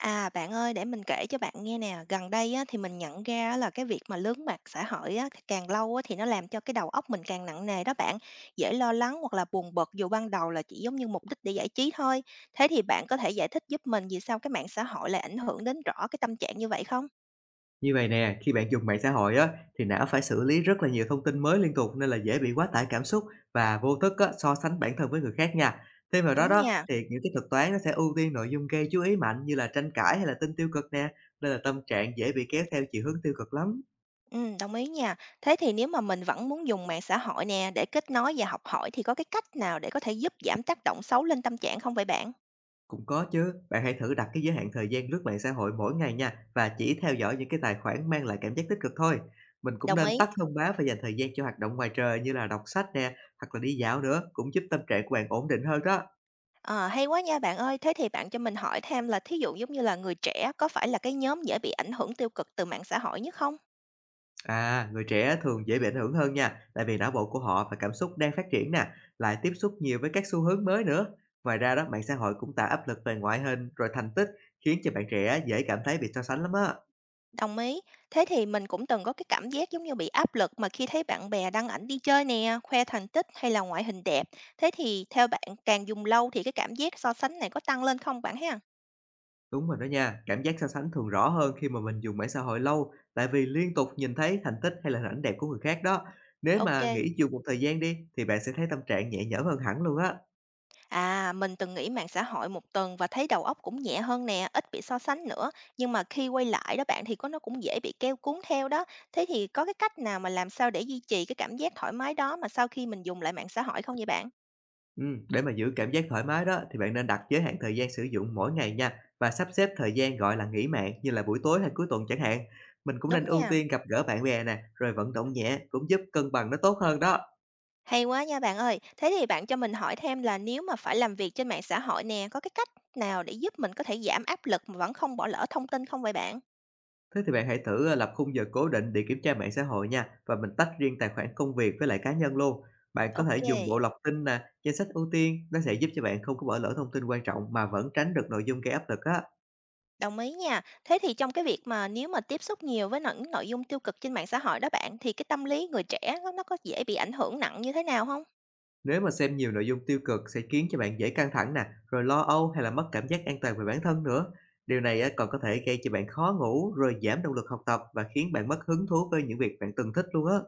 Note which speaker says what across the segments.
Speaker 1: À, bạn ơi, để mình kể cho bạn nghe nè. Gần đây á, thì mình nhận ra á là cái việc mà lướt mạng xã hội á, thì càng lâu á, thì nó làm cho cái đầu óc mình càng nặng nề đó bạn. Dễ lo lắng hoặc là buồn bực dù ban đầu là chỉ giống như mục đích để giải trí thôi. Thế thì bạn có thể giải thích giúp mình vì sao cái mạng xã hội lại ảnh hưởng đến rõ cái tâm trạng như vậy không?
Speaker 2: Như vậy nè, khi bạn dùng mạng xã hội á, thì não phải xử lý rất là nhiều thông tin mới liên tục nên là dễ bị quá tải cảm xúc và vô thức á, so sánh bản thân với người khác nha. Thêm vào đó
Speaker 1: Đúng
Speaker 2: đó,
Speaker 1: nha.
Speaker 2: thì những cái thuật toán nó sẽ ưu tiên nội dung gây chú ý mạnh như là tranh cãi hay là tin tiêu cực nè, nên là tâm trạng dễ bị kéo theo chiều hướng tiêu cực lắm.
Speaker 1: Ừ, đồng ý nha. Thế thì nếu mà mình vẫn muốn dùng mạng xã hội nè để kết nối và học hỏi thì có cái cách nào để có thể giúp giảm tác động xấu lên tâm trạng không vậy bạn?
Speaker 2: Cũng có chứ, bạn hãy thử đặt cái giới hạn thời gian lướt mạng xã hội mỗi ngày nha, và chỉ theo dõi những cái tài khoản mang lại cảm giác tích cực thôi. Mình cũng
Speaker 1: Đồng
Speaker 2: nên
Speaker 1: ý.
Speaker 2: tắt thông báo và dành thời gian cho hoạt động ngoài trời như là đọc sách nè, hoặc là đi dạo nữa, cũng giúp tâm trạng của bạn ổn định hơn đó.
Speaker 1: Ờ, hay quá nha bạn ơi. Thế thì bạn cho mình hỏi thêm là thí dụ giống như là người trẻ có phải là cái nhóm dễ bị ảnh hưởng tiêu cực từ mạng xã hội nhất không?
Speaker 2: À, người trẻ thường dễ bị ảnh hưởng hơn nha, tại vì não bộ của họ và cảm xúc đang phát triển nè, lại tiếp xúc nhiều với các xu hướng mới nữa. Ngoài ra đó, mạng xã hội cũng tạo áp lực về ngoại hình rồi thành tích, khiến cho bạn trẻ dễ cảm thấy bị so sánh lắm á.
Speaker 1: Đồng ý. Thế thì mình cũng từng có cái cảm giác giống như bị áp lực mà khi thấy bạn bè đăng ảnh đi chơi nè, khoe thành tích hay là ngoại hình đẹp. Thế thì theo bạn càng dùng lâu thì cái cảm giác so sánh này có tăng lên không bạn ha?
Speaker 2: Đúng rồi đó nha, cảm giác so sánh thường rõ hơn khi mà mình dùng mạng xã hội lâu, tại vì liên tục nhìn thấy thành tích hay là hình ảnh đẹp của người khác đó. Nếu
Speaker 1: Ok.
Speaker 2: mà nghỉ dùng một thời gian đi, thì bạn sẽ thấy tâm trạng nhẹ nhõm hơn hẳn luôn á.
Speaker 1: À, mình từng nghỉ mạng xã hội một tuần và thấy đầu óc cũng nhẹ hơn nè, ít bị so sánh nữa. Nhưng mà khi quay lại đó bạn thì có nó cũng dễ bị keo cuốn theo đó. Thế thì có cái cách nào mà làm sao để duy trì cái cảm giác thoải mái đó mà sau khi mình dùng lại mạng xã hội không vậy bạn?
Speaker 2: Để mà giữ cảm giác thoải mái đó, thì bạn nên đặt giới hạn thời gian sử dụng mỗi ngày nha, và sắp xếp thời gian gọi là nghỉ mạng như là buổi tối hay cuối tuần chẳng hạn. Mình cũng
Speaker 1: Đúng
Speaker 2: nên ưu
Speaker 1: nha.
Speaker 2: tiên gặp gỡ bạn bè nè, rồi vận động nhẹ cũng giúp cân bằng nó tốt hơn đó.
Speaker 1: Hay quá nha bạn ơi. Thế thì bạn cho mình hỏi thêm là nếu mà phải làm việc trên mạng xã hội nè, có cái cách nào để giúp mình có thể giảm áp lực mà vẫn không bỏ lỡ thông tin không vậy bạn?
Speaker 2: Thế thì bạn hãy thử lập khung giờ cố định để kiểm tra mạng xã hội nha, và mình tách riêng tài khoản công việc với lại cá nhân luôn. Bạn có thể
Speaker 1: Ok.
Speaker 2: dùng bộ lọc tin nè, danh sách ưu tiên, nó sẽ giúp cho bạn không có bỏ lỡ thông tin quan trọng mà vẫn tránh được nội dung gây áp lực á.
Speaker 1: Đồng ý nha. Thế thì trong cái việc mà nếu mà tiếp xúc nhiều với những nội dung tiêu cực trên mạng xã hội đó bạn, thì cái tâm lý người trẻ nó có dễ bị ảnh hưởng nặng như thế nào không?
Speaker 2: Nếu mà xem nhiều nội dung tiêu cực sẽ khiến cho bạn dễ căng thẳng nè, rồi lo âu hay là mất cảm giác an toàn về bản thân nữa. Điều này á, còn có thể gây cho bạn khó ngủ, rồi giảm động lực học tập và khiến bạn mất hứng thú với những việc bạn từng thích luôn á.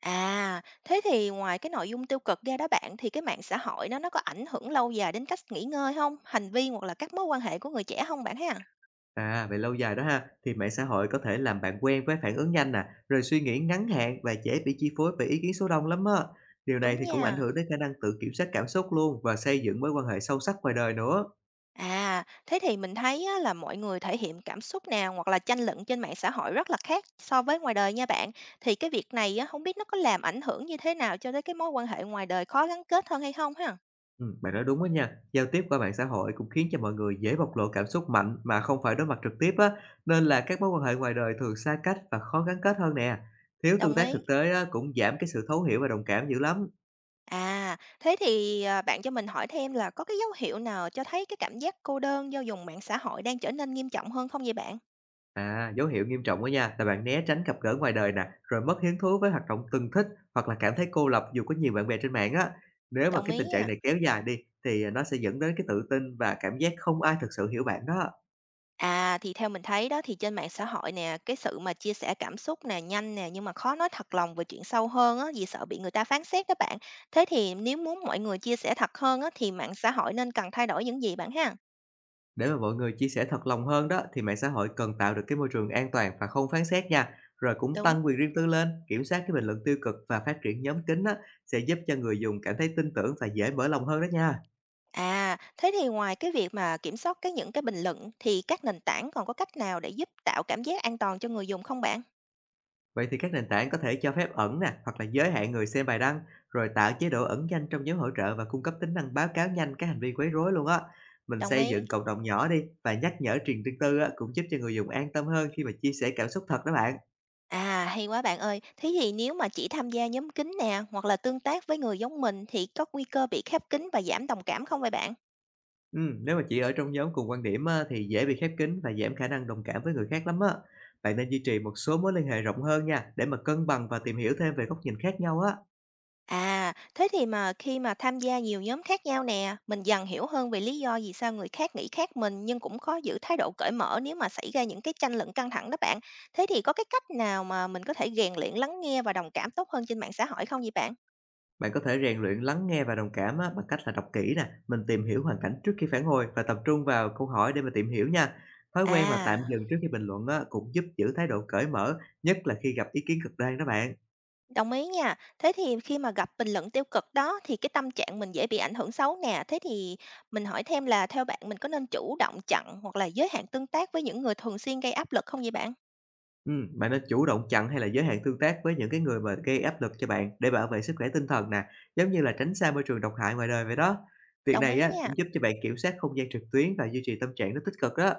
Speaker 1: À, thế thì ngoài cái nội dung tiêu cực ra đó bạn, thì cái mạng xã hội nó có ảnh hưởng lâu dài đến cách nghỉ ngơi không, hành vi hoặc là các mối quan hệ của người trẻ không, bạn ha?
Speaker 2: À, về lâu dài đó ha, thì mạng xã hội có thể làm bạn quen với phản ứng nhanh nè, rồi suy nghĩ ngắn hạn và dễ bị chi phối bởi ý kiến số đông lắm á. Điều này
Speaker 1: Đúng
Speaker 2: thì cũng ảnh
Speaker 1: nha.
Speaker 2: hưởng đến khả năng tự kiểm soát cảm xúc luôn và xây dựng mối quan hệ sâu sắc ngoài đời nữa.
Speaker 1: À, thế thì mình thấy á, là mọi người thể hiện cảm xúc nào hoặc là tranh luận trên mạng xã hội rất là khác so với ngoài đời nha bạn. Thì cái việc này á, không biết nó có làm ảnh hưởng như thế nào cho tới cái mối quan hệ ngoài đời khó gắn kết hơn hay không ha?
Speaker 2: Bạn nói đúng á nha. Giao tiếp qua mạng xã hội cũng khiến cho mọi người dễ bộc lộ cảm xúc mạnh mà không phải đối mặt trực tiếp á, nên là các mối quan hệ ngoài đời thường xa cách và khó gắn kết hơn nè. Thiếu tương
Speaker 1: Đồng
Speaker 2: tác
Speaker 1: ý.
Speaker 2: thực tế á, cũng giảm cái sự thấu hiểu và đồng cảm dữ lắm.
Speaker 1: À, thế thì à, bạn cho mình hỏi thêm là có cái dấu hiệu nào cho thấy cái cảm giác cô đơn do dùng mạng xã hội đang trở nên nghiêm trọng hơn không vậy bạn?
Speaker 2: À, dấu hiệu nghiêm trọng á nha, là bạn né tránh gặp gỡ ngoài đời nè, rồi mất hứng thú với hoạt động từng thích, hoặc là cảm thấy cô lập dù có nhiều bạn bè trên mạng á. Nếu mà
Speaker 1: Đồng
Speaker 2: cái
Speaker 1: ý
Speaker 2: tình trạng
Speaker 1: à?
Speaker 2: này kéo dài đi, thì nó sẽ dẫn đến cái tự tin và cảm giác không ai thực sự hiểu bạn đó.
Speaker 1: À, thì theo mình thấy đó thì trên mạng xã hội nè, cái sự mà chia sẻ cảm xúc nè, nhanh nè, nhưng mà khó nói thật lòng về chuyện sâu hơn á, vì sợ bị người ta phán xét đó bạn. Thế thì nếu muốn mọi người chia sẻ thật hơn á, thì mạng xã hội nên cần thay đổi những gì bạn ha?
Speaker 2: Để mà mọi người chia sẻ thật lòng hơn đó, thì mạng xã hội cần tạo được cái môi trường an toàn và không phán xét nha. Rồi cũng
Speaker 1: Đúng.
Speaker 2: tăng quyền riêng tư lên, kiểm soát cái bình luận tiêu cực và phát triển nhóm kín á, sẽ giúp cho người dùng cảm thấy tin tưởng và dễ mở lòng hơn đó nha.
Speaker 1: À, thế thì ngoài cái việc mà kiểm soát những cái bình luận thì các nền tảng còn có cách nào để giúp tạo cảm giác an toàn cho người dùng không bạn?
Speaker 2: Vậy thì các nền tảng có thể cho phép ẩn nè, hoặc là giới hạn người xem bài đăng, rồi tạo chế độ ẩn danh trong nhóm hỗ trợ và cung cấp tính năng báo cáo nhanh các hành vi quấy rối luôn á. Mình
Speaker 1: Đồng
Speaker 2: xây
Speaker 1: ý.
Speaker 2: dựng cộng đồng nhỏ đi, và nhắc nhở truyền riêng tư á, cũng giúp cho người dùng an tâm hơn khi mà chia sẻ cảm xúc thật đó bạn.
Speaker 1: À, hay quá bạn ơi. Thế thì nếu mà chỉ tham gia nhóm kín nè, hoặc là tương tác với người giống mình thì có nguy cơ bị khép kín và giảm đồng cảm không vậy bạn?
Speaker 2: Nếu mà chỉ ở trong nhóm cùng quan điểm á, thì dễ bị khép kín và giảm khả năng đồng cảm với người khác lắm á. Bạn nên duy trì một số mối liên hệ rộng hơn nha, để mà cân bằng và tìm hiểu thêm về góc nhìn khác nhau á.
Speaker 1: À, thế thì mà khi mà tham gia nhiều nhóm khác nhau nè, mình dần hiểu hơn về lý do vì sao người khác nghĩ khác mình nhưng cũng khó giữ thái độ cởi mở nếu mà xảy ra những cái tranh luận căng thẳng đó bạn. Thế thì có cái cách nào mà mình có thể rèn luyện lắng nghe và đồng cảm tốt hơn trên mạng xã hội không vậy bạn?
Speaker 2: Bạn có thể rèn luyện lắng nghe và đồng cảm á, bằng cách là đọc kỹ nè, mình tìm hiểu hoàn cảnh trước khi phản hồi và tập trung vào câu hỏi để mà tìm hiểu nha. Thói quen mà tạm
Speaker 1: À,
Speaker 2: dừng trước khi bình luận á, cũng giúp giữ thái độ cởi mở, nhất là khi gặp ý kiến cực đoan đó bạn.
Speaker 1: đồng ý nha. Thế thì khi mà gặp bình luận tiêu cực đó thì cái tâm trạng mình dễ bị ảnh hưởng xấu nè. Thế thì mình hỏi thêm là theo bạn mình có nên chủ động chặn hoặc là giới hạn tương tác với những người thường xuyên gây áp lực không vậy bạn?
Speaker 2: Bạn nên chủ động chặn hay là giới hạn tương tác với những cái người mà gây áp lực cho bạn để bảo vệ sức khỏe tinh thần nè, giống như là tránh xa môi trường độc hại ngoài đời vậy đó. Việc
Speaker 1: Đồng
Speaker 2: này
Speaker 1: ý
Speaker 2: á
Speaker 1: nha.
Speaker 2: cũng giúp cho bạn kiểm soát không gian trực tuyến và duy trì tâm trạng nó tích cực đó.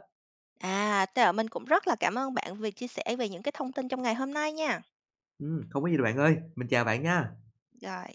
Speaker 1: À, mình cũng rất là cảm ơn bạn vì chia sẻ về những cái thông tin trong ngày hôm nay nha.
Speaker 2: Không có gì đâu bạn ơi, mình chào bạn nha.
Speaker 1: Rồi.